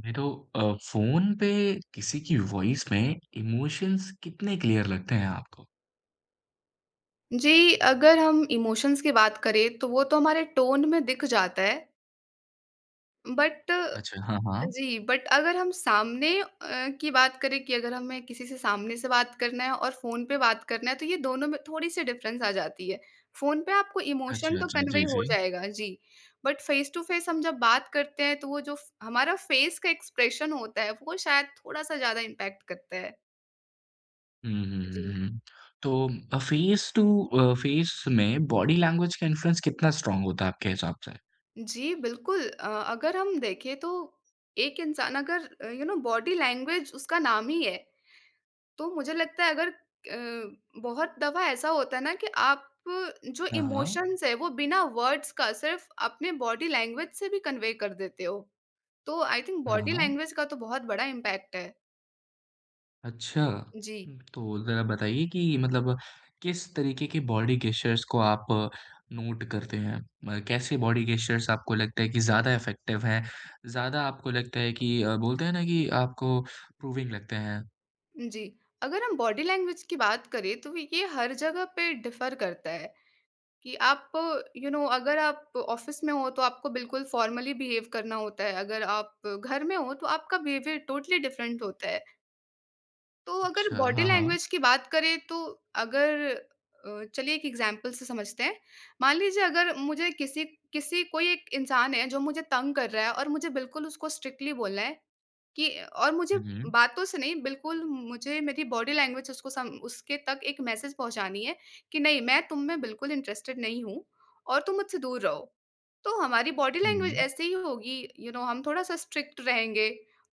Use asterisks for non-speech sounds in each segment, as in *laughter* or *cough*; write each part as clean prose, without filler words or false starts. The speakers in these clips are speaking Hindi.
नहीं तो फ़ोन पे किसी की वॉइस में इमोशंस कितने क्लियर लगते हैं आपको? जी, अगर हम इमोशंस की बात करें तो वो तो हमारे टोन में दिख जाता है। बट अच्छा, हाँ, हाँ। जी, बट अगर हम सामने की बात करें कि अगर हमें किसी से सामने से बात करना है और फ़ोन पे बात करना है तो ये दोनों में थोड़ी-सी डिफ़रेंस आ जाती है। फ़ोन पे आपको इमोशन अच्छा, तो अच्छा। कन्वे जी, हो जी। जाएगा, जी। बट फ़ेस टू फ़ेस हम जब बात करते हैं तो वो जो फ हमारा फ़ेस का एक्सप्रेशन होता है वो शायद थोड़ा-सा ज़्यादा इम्पैक्ट करता है। हुँ, हुँ, जी। हुँ, हुँ। तो फ़ेस टू फ़ेस में बॉडी लैंग्वेज का इन्फ्लुएंस कितना स्ट्रॉन्ग होता है आपके हिसाब से? जी, बिल्कुल। अगर हम देखें तो एक इंसान अगर यू नो बॉडी लैंग्वेज उसका नाम ही है, तो मुझे लगता है अगर अ, बहुत दफ़ा ऐसा होता है ना कि आप जो हाँ, हाँ। इमोशंस है वो बिना वर्ड्स का सिर्फ़ अपने बॉडी लैंग्वेज से भी कन्वे कर देते हो। तो आई थिंक हाँ, बॉडी हाँ। लैंग्वेज का तो बहुत बड़ा इम्पैक्ट है। अच्छा। जी, तो ज़रा बताइए कि मतलब किस तरीके के बॉडी गेस्चर्स को आप नोट करते हैं? म कैसे बॉडी गेस्चर्स आपको लगता है कि ज़्यादा इफ़ेक्टिव हैं? ज़्यादा आपको लगता है कि बोलते हैं ना कि आपको प्रूविंग लगते हैं? जी। अगर हम बॉडी लैंग्वेज की बात करें तो ये हर जगह पे डिफ़र करता है। कि आप यू नो अगर आप ऑफिस में हो तो आपको बिल्कुल फॉर्मली बिहेव करना होता है, अगर आप घर में हो तो आपका बिहेवियर टोटली डिफरेंट होता है। तो अगर अच्छा, बॉडी हाँ, हाँ। लैंग्वेज की बात करें तो अगर अ, चलिए एक एग्जांपल से समझते हैं। मान लीजिए अगर मुझे किसी किसी कोई एक इंसान है जो मुझे तंग कर रहा है और मुझे बिल्कुल उसको स्ट्रिक्टली बोलना है कि और मुझे हुँ, हुँ। बातों से नहीं, बिल्कुल मुझे मेरी बॉडी लैंग्वेज उसको सम उसके तक एक मैसेज पहुंचानी है कि नहीं मैं तुम में बिल्कुल इंटरेस्टेड नहीं हूँ और तुम मुझसे दूर रहो। तो हमारी बॉडी लैंग्वेज हुँ, ऐसे ही होगी, यू you नो know, हम थोड़ा-सा स्ट्रिक्ट रहेंगे।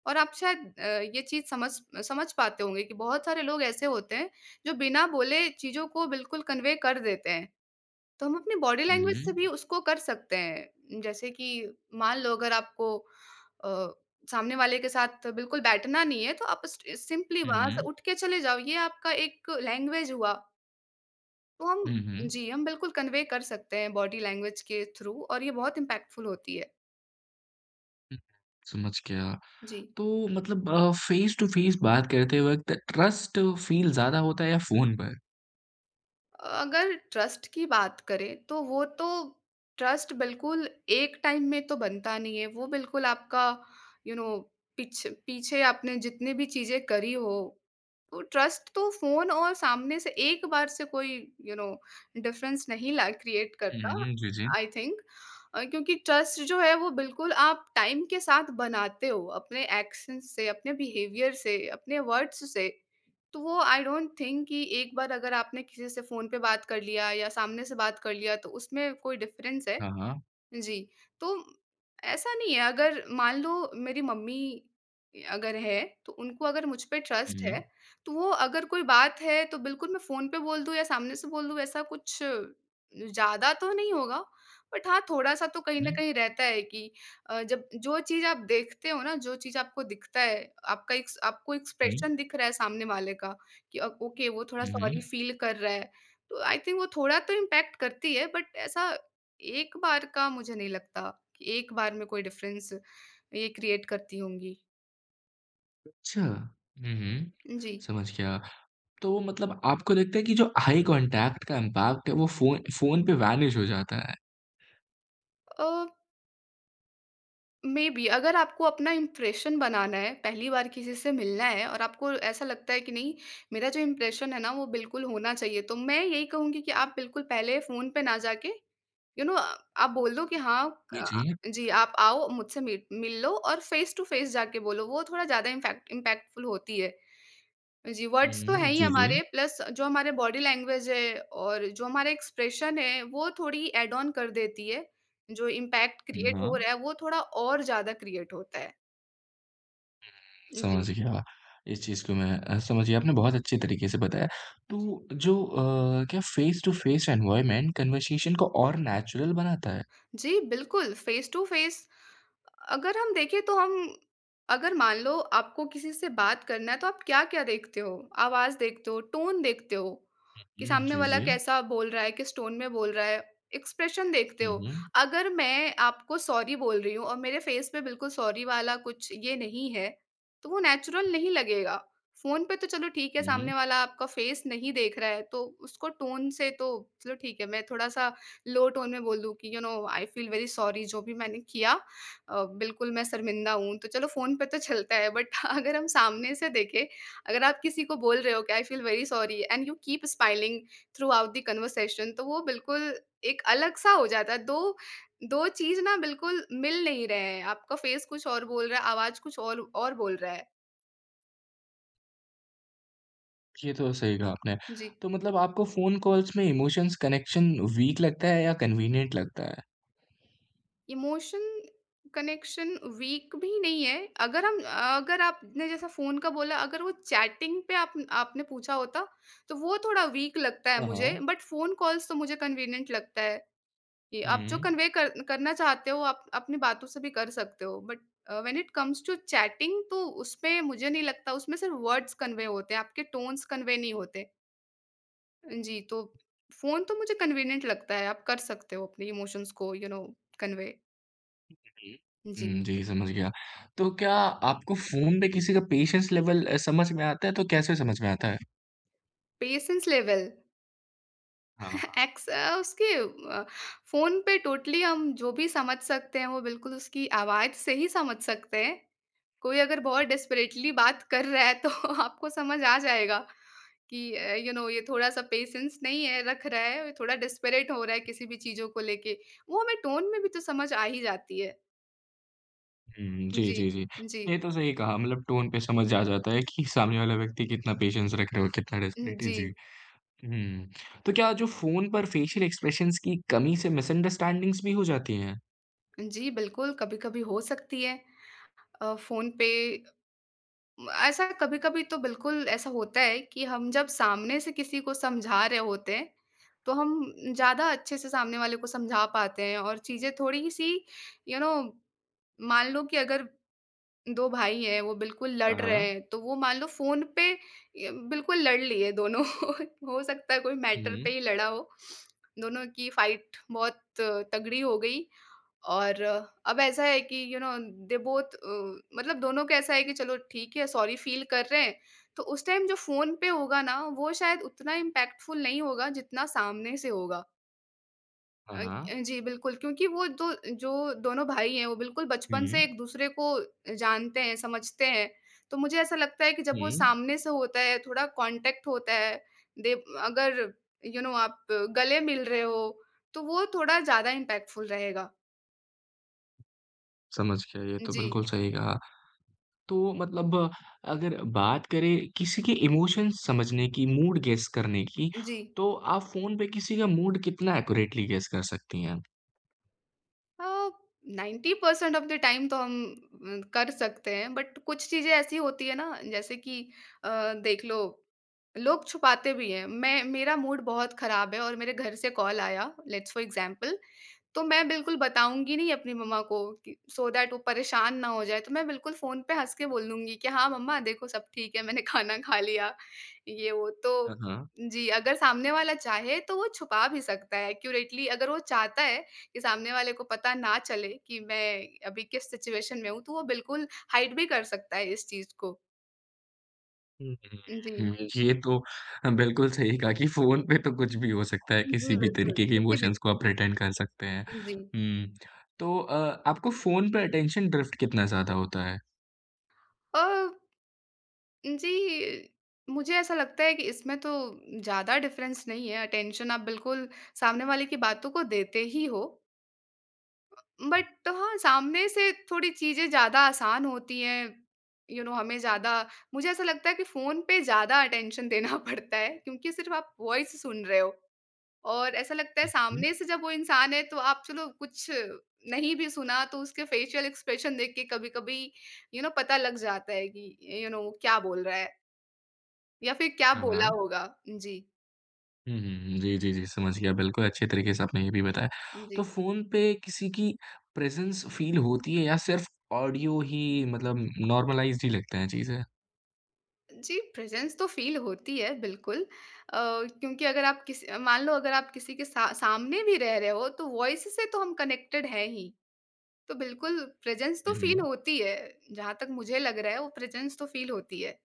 और आप शायद ये चीज़ समझ समझ पाते होंगे कि बहुत सारे लोग ऐसे होते हैं, जो बिना बोले चीज़ों को बिल्कुल कन्वे कर देते हैं। तो हम अपनी बॉडी लैंग्वेज से हुँ, भी उसको कर सकते हैं। जैसे कि मान लो अगर आपको अ, सामने वाले के साथ बिल्कुल बैठना नहीं है, तो आप स्ट सिंपली वहाँ से हुँ, उठ के चले जाओ, ये आपका एक लैंग्वेज हुआ। तो हम हुँ, हुँ, जी, हम बिल्कुल कन्वे कर सकते हैं बॉडी लैंग्वेज के थ्रू और ये बहुत इम्पैक्टफुल होती है। हुँ। समझ गया। जी। तो मतलब फ़ेस टू फ़ेस बात करते वक़्त ट्रस्ट फ़ील ज़्यादा होता है या फ़ोन पर? अगर ट्रस्ट की बात करें तो वो तो ट्रस्ट बिल्कुल एक टाइम में तो बनता नहीं है। वो बिल्कुल आपका यू नो पीछे पीछे आपने जितनी भी चीज़ें करी हो, तो ट्रस्ट तो फ़ोन और सामने से एक बार से कोई यू नो डिफ़रेंस नहीं ला क्रिएट हुँ, करता। हुँ। जी, जी। आई थिंक क्योंकि ट्रस्ट जो है वो बिल्कुल आप टाइम के साथ बनाते हो, अपने एक्शंस से, अपने बिहेवियर से, अपने वर्ड्स से। तो वो आई डोंट थिंक कि एक बार अगर आपने किसी से फ़ोन पे बात कर लिया या सामने से बात कर लिया तो उसमें कोई डिफ़रेंस है। हाँ, हाँ। जी, तो ऐसा नहीं है, अगर मान लो मेरी मम्मी अगर है, तो उनको अगर मुझ पे ट्रस्ट है, हुँ, तो वो अगर कोई बात है तो बिल्कुल मैं फ़ोन पे बोल दूँ या सामने से बोल दूँ ऐसा कुछ ज़्यादा तो नहीं होगा। बट हाँ, थोड़ा-सा तो कहीं न हुँ, कहीं रहता है कि जब जो चीज़ आप देखते हो ना, जो चीज़ आपको दिखता है, आपका एक आपको हुँ। एक्सप्रेशन दिख रहा है सामने वाले का कि ओके वो थोड़ा हुँ, सॉरी हुँ। फ़ील कर रहा है, तो आई थिंक वो थोड़ा तो इम्पैक्ट करती है, बट ऐसा एक बार का मुझे नहीं लगता कि एक बार में कोई डिफ़रेंस ये क्रिएट करती होंगी। अच्छा। हुँ, हुँ। जी। समझ गया। तो वो मतलब आपको लगता है कि जो आई कॉन्टैक्ट का इम्पैक्ट है वो फ़ोन फ़ोन पे वैनिश हो जाता है। अ मेबी अगर आपको अपना इम्प्रेशन बनाना है, पहली बार किसी से मिलना है और आपको ऐसा लगता है कि नहीं, मेरा जो इम्प्रेशन है ना वो बिल्कुल होना चाहिए, तो मैं यही कहूँगी कि आप बिल्कुल पहले फ़ोन पे ना जाके यू नो आप बोल दो कि हाँ जी, अ, जी। जी, आप आओ मुझसे मीट मिल लो और फ़ेस टू फ़ेस जाके बोलो, वो थोड़ा ज़्यादा इम्फैक्ट इम्पैक्टफुल होती है। जी, वर्ड्स तो हैं हुँ, ही जी, जी। हमारे, प्लस जो हमारे बॉडी लैंग्वेज है और जो हमारा एक्सप्रेशन है, वो थोड़ी ऐड ऑन कर देती है। जो इम्पैक्ट हुँ, क्रिएट हाँ, हो रहा है, वो थोड़ा और ज़्यादा क्रिएट होता है। जी, समझ गया। इस चीज़ को मैं समझ गया आपने बहुत अच्छे तरीके से बताया। जी। तो जो क्या face to face environment conversation को और नेचुरल बनाता है? जी, बिल्कुल, फ़ेस टू फ़ेस अगर हम देखें तो हम अगर मान लो आपको किसी से बात करना है तो आप क्या-क्या देखते हो? आवाज़ देखते हो, टोन देखते हो, कि हुँ, सामने जी, वाला जी। कैसा बोल रहा है, किस टोन में बोल रहा है, एक्सप्रेशन देखते हुँ, हो। हुँ। अगर मैं आपको सॉरी बोल रही हूँ और मेरे फ़ेस पे बिल्कुल सॉरी वाला कुछ ये नहीं है, तो वो नेचुरल नहीं लगेगा। फ़ोन पे तो चलो ठीक है, हुँ, हुँ। सामने वाला आपका फ़ेस नहीं देख रहा है, तो उसको टोन से तो चलो ठीक है, मैं थोड़ा-सा लो टोन में बोल दूँ कि you know I feel very sorry, जो भी मैंने किया बिल्कुल मैं शर्मिंदा हूँ। तो चलो फ़ोन पे तो चलता है, बट *laughs* अगर हम सामने से देखें, अगर आप किसी को बोल रहे हो कि I feel very sorry and you keep smiling throughout the conversation, तो वो बिल्कुल एक अलग-सा हो जाता है। 2 चीज़ ना बिल्कुल मिल नहीं रहे हैं। आपका फेस कुछ और बोल रहा है, आवाज़ कुछ और बोल रहा है। ये तो सही कहा आपने। जी। तो मतलब आपको फ़ोन कॉल्स में इमोशंस कनेक्शन वीक लगता है या कन्वीनिएंट लगता है? इमोशन कनेक्शन वीक भी नहीं है, अगर हम अगर आपने जैसा फ़ोन का बोला, अगर वो चैटिंग पे आप आपने पूछा होता तो वो थोड़ा वीक लगता है हाँ, मुझे, हाँ। बट फ़ोन कॉल्स तो मुझे कन्वीनिएंट लगता है कि आप जो हुँ। करना चाहते हो आप अपनी बातों से भी कर सकते हो, but when it comes to chatting तो उसमें मुझे नहीं लगता, उसमें सिर्फ वर्ड्स कन्वे होते हैं, आपके टोन्स कन्वे नहीं होते। जी, तो फ़ोन तो मुझे कन्वीनियंट लगता है, आप कर सकते हो अपने इमोशंस को यू नो कन्वे। हुँ। जी। हुँ, जी, समझ गया। तो क्या आपको फ़ोन पे किसी का पेशेंस लेवल समझ में आता है तो कैसे समझ में आता है? पेशेंस लेवल हाँ। उसके अ, फ़ोन पे टोटली हम जो भी समझ सकते हैं, वो बिल्कुल उसकी आवाज़ से ही समझ सकते हैं। कोई अगर बहुत डेस्परेटली बात कर रहा है तो *laughs* आपको समझ आ जाएगा कि यू नो ये थोड़ा-सा पेशेंस नहीं है, रख रहा है, ये थोड़ा डेस्परेट हो रहा है किसी भी चीज़ों को लेके। वो हमें टोन में भी तो समझ आ ही जाती है। हुँ, जी, जी, जी, जी। जी, ये तो सही कहा मतलब टोन पे समझ आ जाता है कि सामने वाला व्यक्ति कितना पेशेंस रख रहा है और कितना डेस्परेट है। जी। जी, हुँ। तो क्या जो फ़ोन पर फेशियल एक्सप्रेशंस की कमी से मिसअंडरस्टैंडिंग्स भी हो जाती हैं? जी, बिल्कुल कभी-कभी हो सकती है। फ़ोन पे ऐसा कभी-कभी तो बिल्कुल ऐसा होता है कि हम जब सामने से किसी को समझा रहे होते हैं, तो हम ज़्यादा अच्छे से सामने वाले को समझा पाते हैं और चीज़ें थोड़ी-सी यू नो मान लो कि अगर 2 भाई हैं, वो बिल्कुल हाँ, लड़ रहे हाँ। हैं, तो वो मान लो फ़ोन पे य बिल्कुल लड़ लिए दोनों। *laughs* हो सकता है कोई मैटर हुँ। पे ही लड़ा हो। दोनों की फाइट बहुत तगड़ी हो गई। और अब ऐसा है कि you know they both uh, मतलब दोनों का ऐसा है कि चलो ठीक है सॉरी फील कर रहे हैं। तो उस टाइम जो फ़ोन पे होगा ना वो शायद उतना इम्पैक्टफुल नहीं होगा जितना सामने से होगा। हाँ, अ, हाँ। जी बिल्कुल, क्योंकि वो दो जो दोनों भाई हैं वो बिल्कुल बचपन हुँ। से एक-दूसरे को जानते हैं, समझते हैं। तो मुझे ऐसा लगता है कि जब हुँ, वो सामने से होता है, थोड़ा कॉन्टैक्ट होता है, दे अगर यू you नो know, आप गले मिल रहे हो, तो वो थोड़ा ज़्यादा इम्पैक्टफुल रहेगा। समझ गया, ये तो जी, बिल्कुल सही कहा। तो मतलब अगर बात करें किसी के इमोशंस समझने की, मूड गेस करने की, जी। तो आप फ़ोन पे किसी का मूड कितना एक्यूरेटली गेस कर सकती हैं? अ, 90% ऑफ द टाइम तो हम कर सकते हैं, बट कुछ चीज़ें ऐसी होती है ना, जैसे कि अ, देख लो लोग छुपाते भी हैं, मैं मेरा मूड बहुत खराब है और मेरे घर से कॉल आया लेट्स फॉर एग्जाम्पल, तो मैं बिल्कुल बताऊँगी नहीं अपनी मम्मा को कि सो दैट वो परेशान ना हो जाएँ, तो मैं बिल्कुल फ़ोन पे हँस के बोल दूँगी कि हाँ, मम्मा देखो सब ठीक है, मैंने *laughs* खाना खा लिया, ये वो। तो हाँ, हाँ। जी, अगर सामने वाला चाहे तो वो छुपा भी सकता है एक्यूरेटली, अगर वो चाहता है कि सामने वाले को पता ना चले कि मैं अभी किस सिचुएशन में हूँ, तो वो बिल्कुल हाइड भी कर सकता है इस चीज़ को। हुँ, हुँ, जी। हुँ, ये तो बिल्कुल सही कहा कि फ़ोन पे तो कुछ भी हो सकता है, किसी जी, भी बिल्कुल, तरीके के किसी भी इमोशंस को आप प्रिटेंड कर सकते हैं। जी। हुँ, तो आपको फ़ोन पे अटेंशन ड्रिफ्ट कितना ज़्यादा होता है? अ, जी, मुझे ऐसा लगता है कि इसमें तो ज़्यादा डिफ़रेंस नहीं है, अटेंशन आप बिल्कुल सामने वाले की बातों को देते ही हो। बट हाँ, सामने से थोड़ी चीज़ें ज़्यादा आसान होती हैं, यू you नो know, हमें ज़्यादा मुझे ऐसा लगता है कि फ़ोन पे ज़्यादा अटेंशन देना *laughs* पड़ता है क्योंकि सिर्फ़ आप वॉइस सुन रहे हो और ऐसा लगता है हुँ, हुँ। सामने से जब वो इंसान है तो आप चलो कुछ नहीं भी सुना तो उसके फेशियल एक्सप्रेशन देख के कभी-कभी यू नो पता लग जाता है कि यू नो वो क्या बोल रहा है। या फिर क्या हाँ, बोला हाँ। होगा? जी। हुँ, हुँ। जी, जी, जी, समझ गया बिल्कुल अच्छे तरीके से आपने ये भी बताया। तो जी। फ़ोन पे किसी की प्रेज़ेंस फ़ील होती है या सिर्फ़ ऑडियो ही मतलब नॉर्मलाइज़्ड ही लगते हैं चीज़ें? जी, प्रेज़ेंस तो फ़ील होती है बिल्कुल क्योंकि अगर आप किसी मान लो अगर आप किसी के सा सामने भी रह रहे हो, तो वॉइस से तो हम कनेक्टेड हैं ही। तो बिल्कुल प्रेज़ेंस तो हुँ, फ़ील हुँ। होती है, जहाँ तक मुझे लग रहा है वो प्रेज़ेंस तो फ़ील होती है।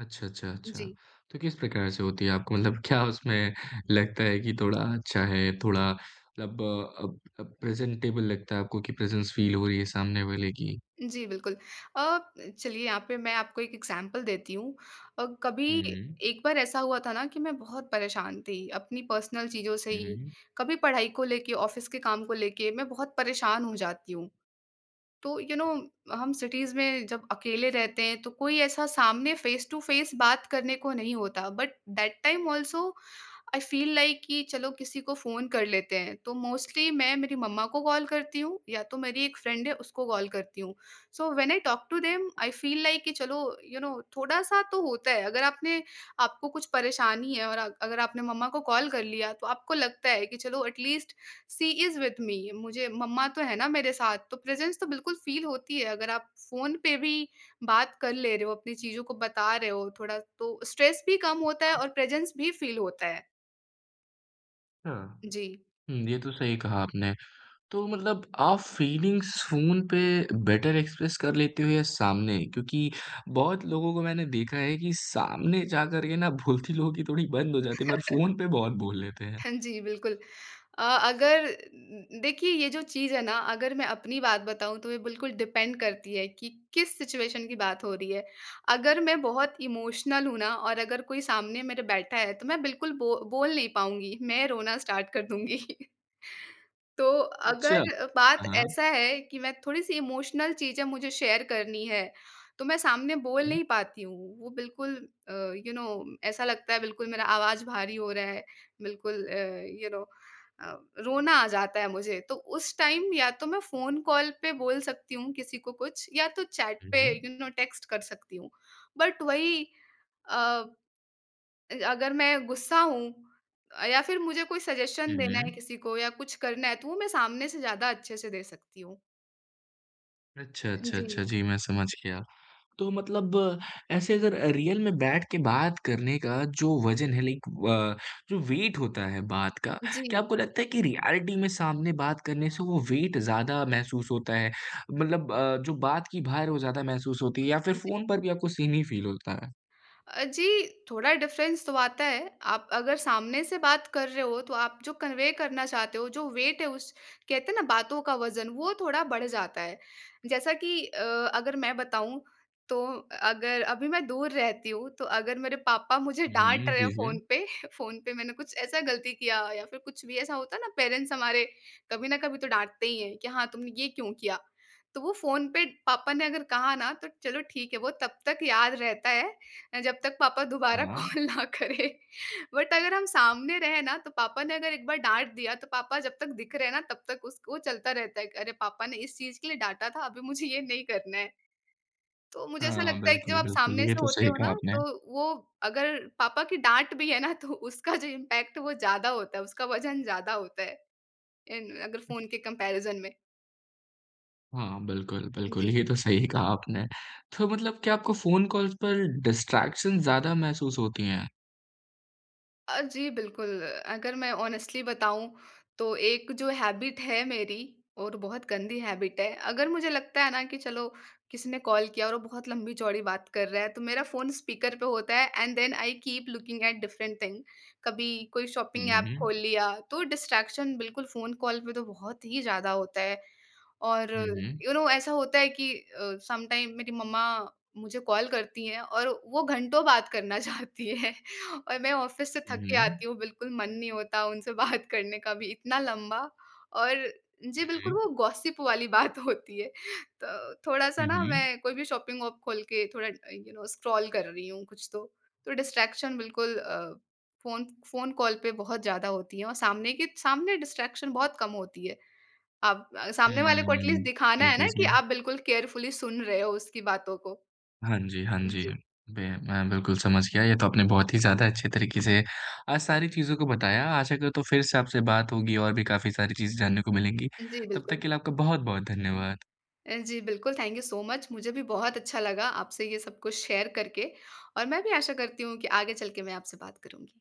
अच्छा, अच्छा, अच्छा। जी। तो किस प्रकार से होती है आपको मतलब क्या उसमें लगता है कि थोड़ा अच्छा है, थोड़ा मतलब अब प्रेज़ेंटेबल लगता है आपको कि प्रेज़ेंस फ़ील हो रही है सामने वाले की? जी, बिल्कुल। अ, चलिए यहाँ पे मैं आपको एक एग्ज़ाम्पल देती हूँ। हुँ, कभी हुँ। एक बार ऐसा हुआ था ना कि मैं बहुत परेशान थी, अपनी पर्सनल चीज़ों से हुँ, ही। हुँ। कभी पढ़ाई को लेके, ऑफ़िस के काम को लेके मैं बहुत परेशान हो जाती हूँ। तो यू you नो हम सिटीज़ में जब अकेले रहते हैं तो कोई ऐसा सामने फ़ेस टू फ़ेस बात करने को नहीं होता। But that time also I feel like कि चलो किसी को फ़ोन कर लेते हैं, तो मोस्टली मैं मेरी मम्मा को कॉल करती हूँ या तो मेरी एक फ्रेंड है उसको कॉल करती हूँ। So when I talk to them I feel like कि चलो यू you नो थोड़ा-सा तो होता है। अगर आपने आपको कुछ परेशानी है और अगर आपने मम्मा को कॉल कर लिया तो आपको लगता है कि चलो at least she is with me मुझे मम्मा तो है ना मेरे साथ, तो प्रेज़ेंस तो बिल्कुल फ़ील होती है। अगर आप फ़ोन पे भी बात कर ले रहे हो, अपनी चीज़ों को बता रहे हो थोड़ा, तो स्ट्रेस भी कम होता है और प्रेज़ेंस भी फ़ील होता है। अच्छा। जी। हुँ, ये तो सही कहा आपने। तो मतलब आप फीलिंग्स फ़ोन पे बेटर एक्सप्रेस कर लेते हो या सामने? क्योंकि बहुत लोगों को मैंने देखा है कि सामने जाकर के ना बोलती लोगों की थोड़ी बंद हो जाती है, मगर फ़ोन *laughs* पे बहुत बोल लेते हैं। जी, बिल्कुल। अगर देखिए ये जो चीज़ है ना, अगर मैं अपनी बात बताऊँ तो ये बिल्कुल डिपेंड करती है कि किस सिचुएशन की बात हो रही है। अगर मैं बहुत इमोशनल हूँ ना और अगर कोई सामने मेरे बैठा है तो मैं बिल्कुल बो बोल नहीं पाऊँगी, मैं रोना स्टार्ट कर दूँगी। *laughs* तो अगर अच्छा। बात हाँ, हाँ। ऐसा है कि मैं थोड़ी-सी इमोशनल चीज़ें मुझे शेयर करनी है, तो मैं सामने बोल हुँ, नहीं पाती हूँ। वो बिल्कुल अ, यू नो ऐसा लगता है बिल्कुल मेरा आवाज़ भारी हो रहा है, बिल्कुल यू नो अ, रोना आ जाता है मुझे। तो उस टाइम या तो मैं फ़ोन कॉल पे बोल सकती हूँ किसी को कुछ या तो चैट हुँ। पे यू नो टेक्स्ट कर सकती हूँ। बट वही अ, अगर मैं गुस्सा हूँ या फिर मुझे कोई हुँ, सजेशन देना हुँ। है किसी को या कुछ करना है, तो वो मैं सामने से ज़्यादा अच्छे से दे सकती हूँ। अच्छा, अच्छा, जी, अच्छा। जी, मैं समझ गया। तो मतलब ऐसे अगर रियल में बैठ के बात करने का जो वज़न है लाइक जो वेट होता है बात का, क्या जी, आपको लगता है कि रियलिटी में सामने बात करने से वो वेट ज़्यादा महसूस होता है? मतलब जो बात की भार है वो ज़्यादा महसूस होती है या फिर जी। फ़ोन पर भी आपको सेम ही फ़ील होता है? जी, थोड़ा डिफ़रेंस तो आता है। आप अगर सामने से बात कर रहे हो, तो आप जो कन्वे करना चाहते हो, जो वेट है उस कहते हैं ना बातों का वज़न, वो थोड़ा बढ़ जाता है। जैसा कि अगर मैं बताऊँ, तो अगर अभी मैं दूर रहती हूँ, तो अगर मेरे पापा मुझे हुँ, डाँट रहे हैं जी, जी। फ़ोन पे *laughs* फ़ोन पे मैंने कुछ ऐसा गलती किया या फिर कुछ भी ऐसा होता है ना, पेरेंट्स हमारे कभी ना कभी तो डाँटते ही हैं कि हाँ, तुमने ये क्यों किया? तो वो फ़ोन पे पापा ने अगर कहा ना, तो चलो ठीक है, वो तब तक याद रहता है जब तक पापा दोबारा हाँ। कॉल ना करे। बट अगर हम सामने रहे ना तो पापा ने अगर एक बार डांट दिया तो पापा जब तक दिख रहे हैं ना तब तक उसको चलता रहता है कि अरे पापा ने इस चीज के लिए डांटा था अभी मुझे ये नहीं करना है। तो मुझे ऐसा हाँ, लगता है कि जब बिल्कुल, आप बिल्कुल, सामने ये से तो होते सही हो कहा ना आपने। तो वो अगर पापा की डांट भी है ना तो उसका जो इम्पैक्ट वो ज्यादा होता है, उसका वजन ज्यादा होता है अगर फोन के कंपैरिजन में। हाँ, बिल्कुल, बिल्कुल, जी। ये तो सही कहा आपने। तो मतलब क्या आपको फ़ोन कॉल्स पर डिस्ट्रैक्शन ज़्यादा महसूस होती हैं? जी, बिल्कुल। अगर मैं ऑनेस्टली बताऊँ, तो एक जो हैबिट है मेरी और बहुत गंदी हैबिट है, अगर मुझे लगता है ना कि चलो, किसी ने कॉल किया और वो बहुत लंबी-चौड़ी बात कर रहा है, तो मेरा फ़ोन स्पीकर पे होता है and then I keep looking at different thing. कभी कोई शॉपिंग हुँ, ऐप हुँ। खोल लिया, तो डिस्ट्रैक्शन बिल्कुल फ़ोन कॉल पे तो बहुत ही ज़्यादा होता है। और हुँ, हुँ। यू नो ऐसा होता है कि सम टाइम मेरी मम्मा मुझे कॉल करती हैं और वो घंटों बात करना चाहती है *laughs* और मैं ऑफिस से हुँ, थक के हुँ। आती हूँ, बिल्कुल मन नहीं होता उनसे बात करने का भी इतना लंबा। और जी, बिल्कुल वो गॉसिप वाली बात होती है। तो थोड़ा-सा हुँ, ना हुँ। मैं कोई भी शॉपिंग ऐप खोल के थोड़ा यू नो स्क्रॉल कर रही हूँ कुछ तो डिस्ट्रैक्शन बिल्कुल फ़ोन फ़ोन कॉल पे बहुत ज़्यादा होती है और सामने के सामने डिस्ट्रैक्शन बहुत कम होती है। आप सामने वाले हुँ, को एटलीस्ट दिखाना जी, है ना जी, कि जी। आप बिल्कुल केयरफुली सुन रहे हो उसकी बातों को। हाँ जी, हाँ जी। जी। बे मैं बिल्कुल समझ गया, ये तो आपने बहुत ही ज़्यादा अच्छे तरीके से आज सारी चीज़ों को बताया। आशा करता हूँ फिर से आपसे बात होगी और भी काफ़ी सारी चीज़ें जानने को मिलेंगी। जी, तब तक बिल्कुल। के लिए आपका बहुत-बहुत धन्यवाद। जी, बिल्कुल, थैंक यू सो मच। मुझे भी बहुत अच्छा लगा आपसे ये सब कुछ शेयर करके और मैं भी आशा करती हूँ कि आगे चल के मैं आपसे बात करूँगी।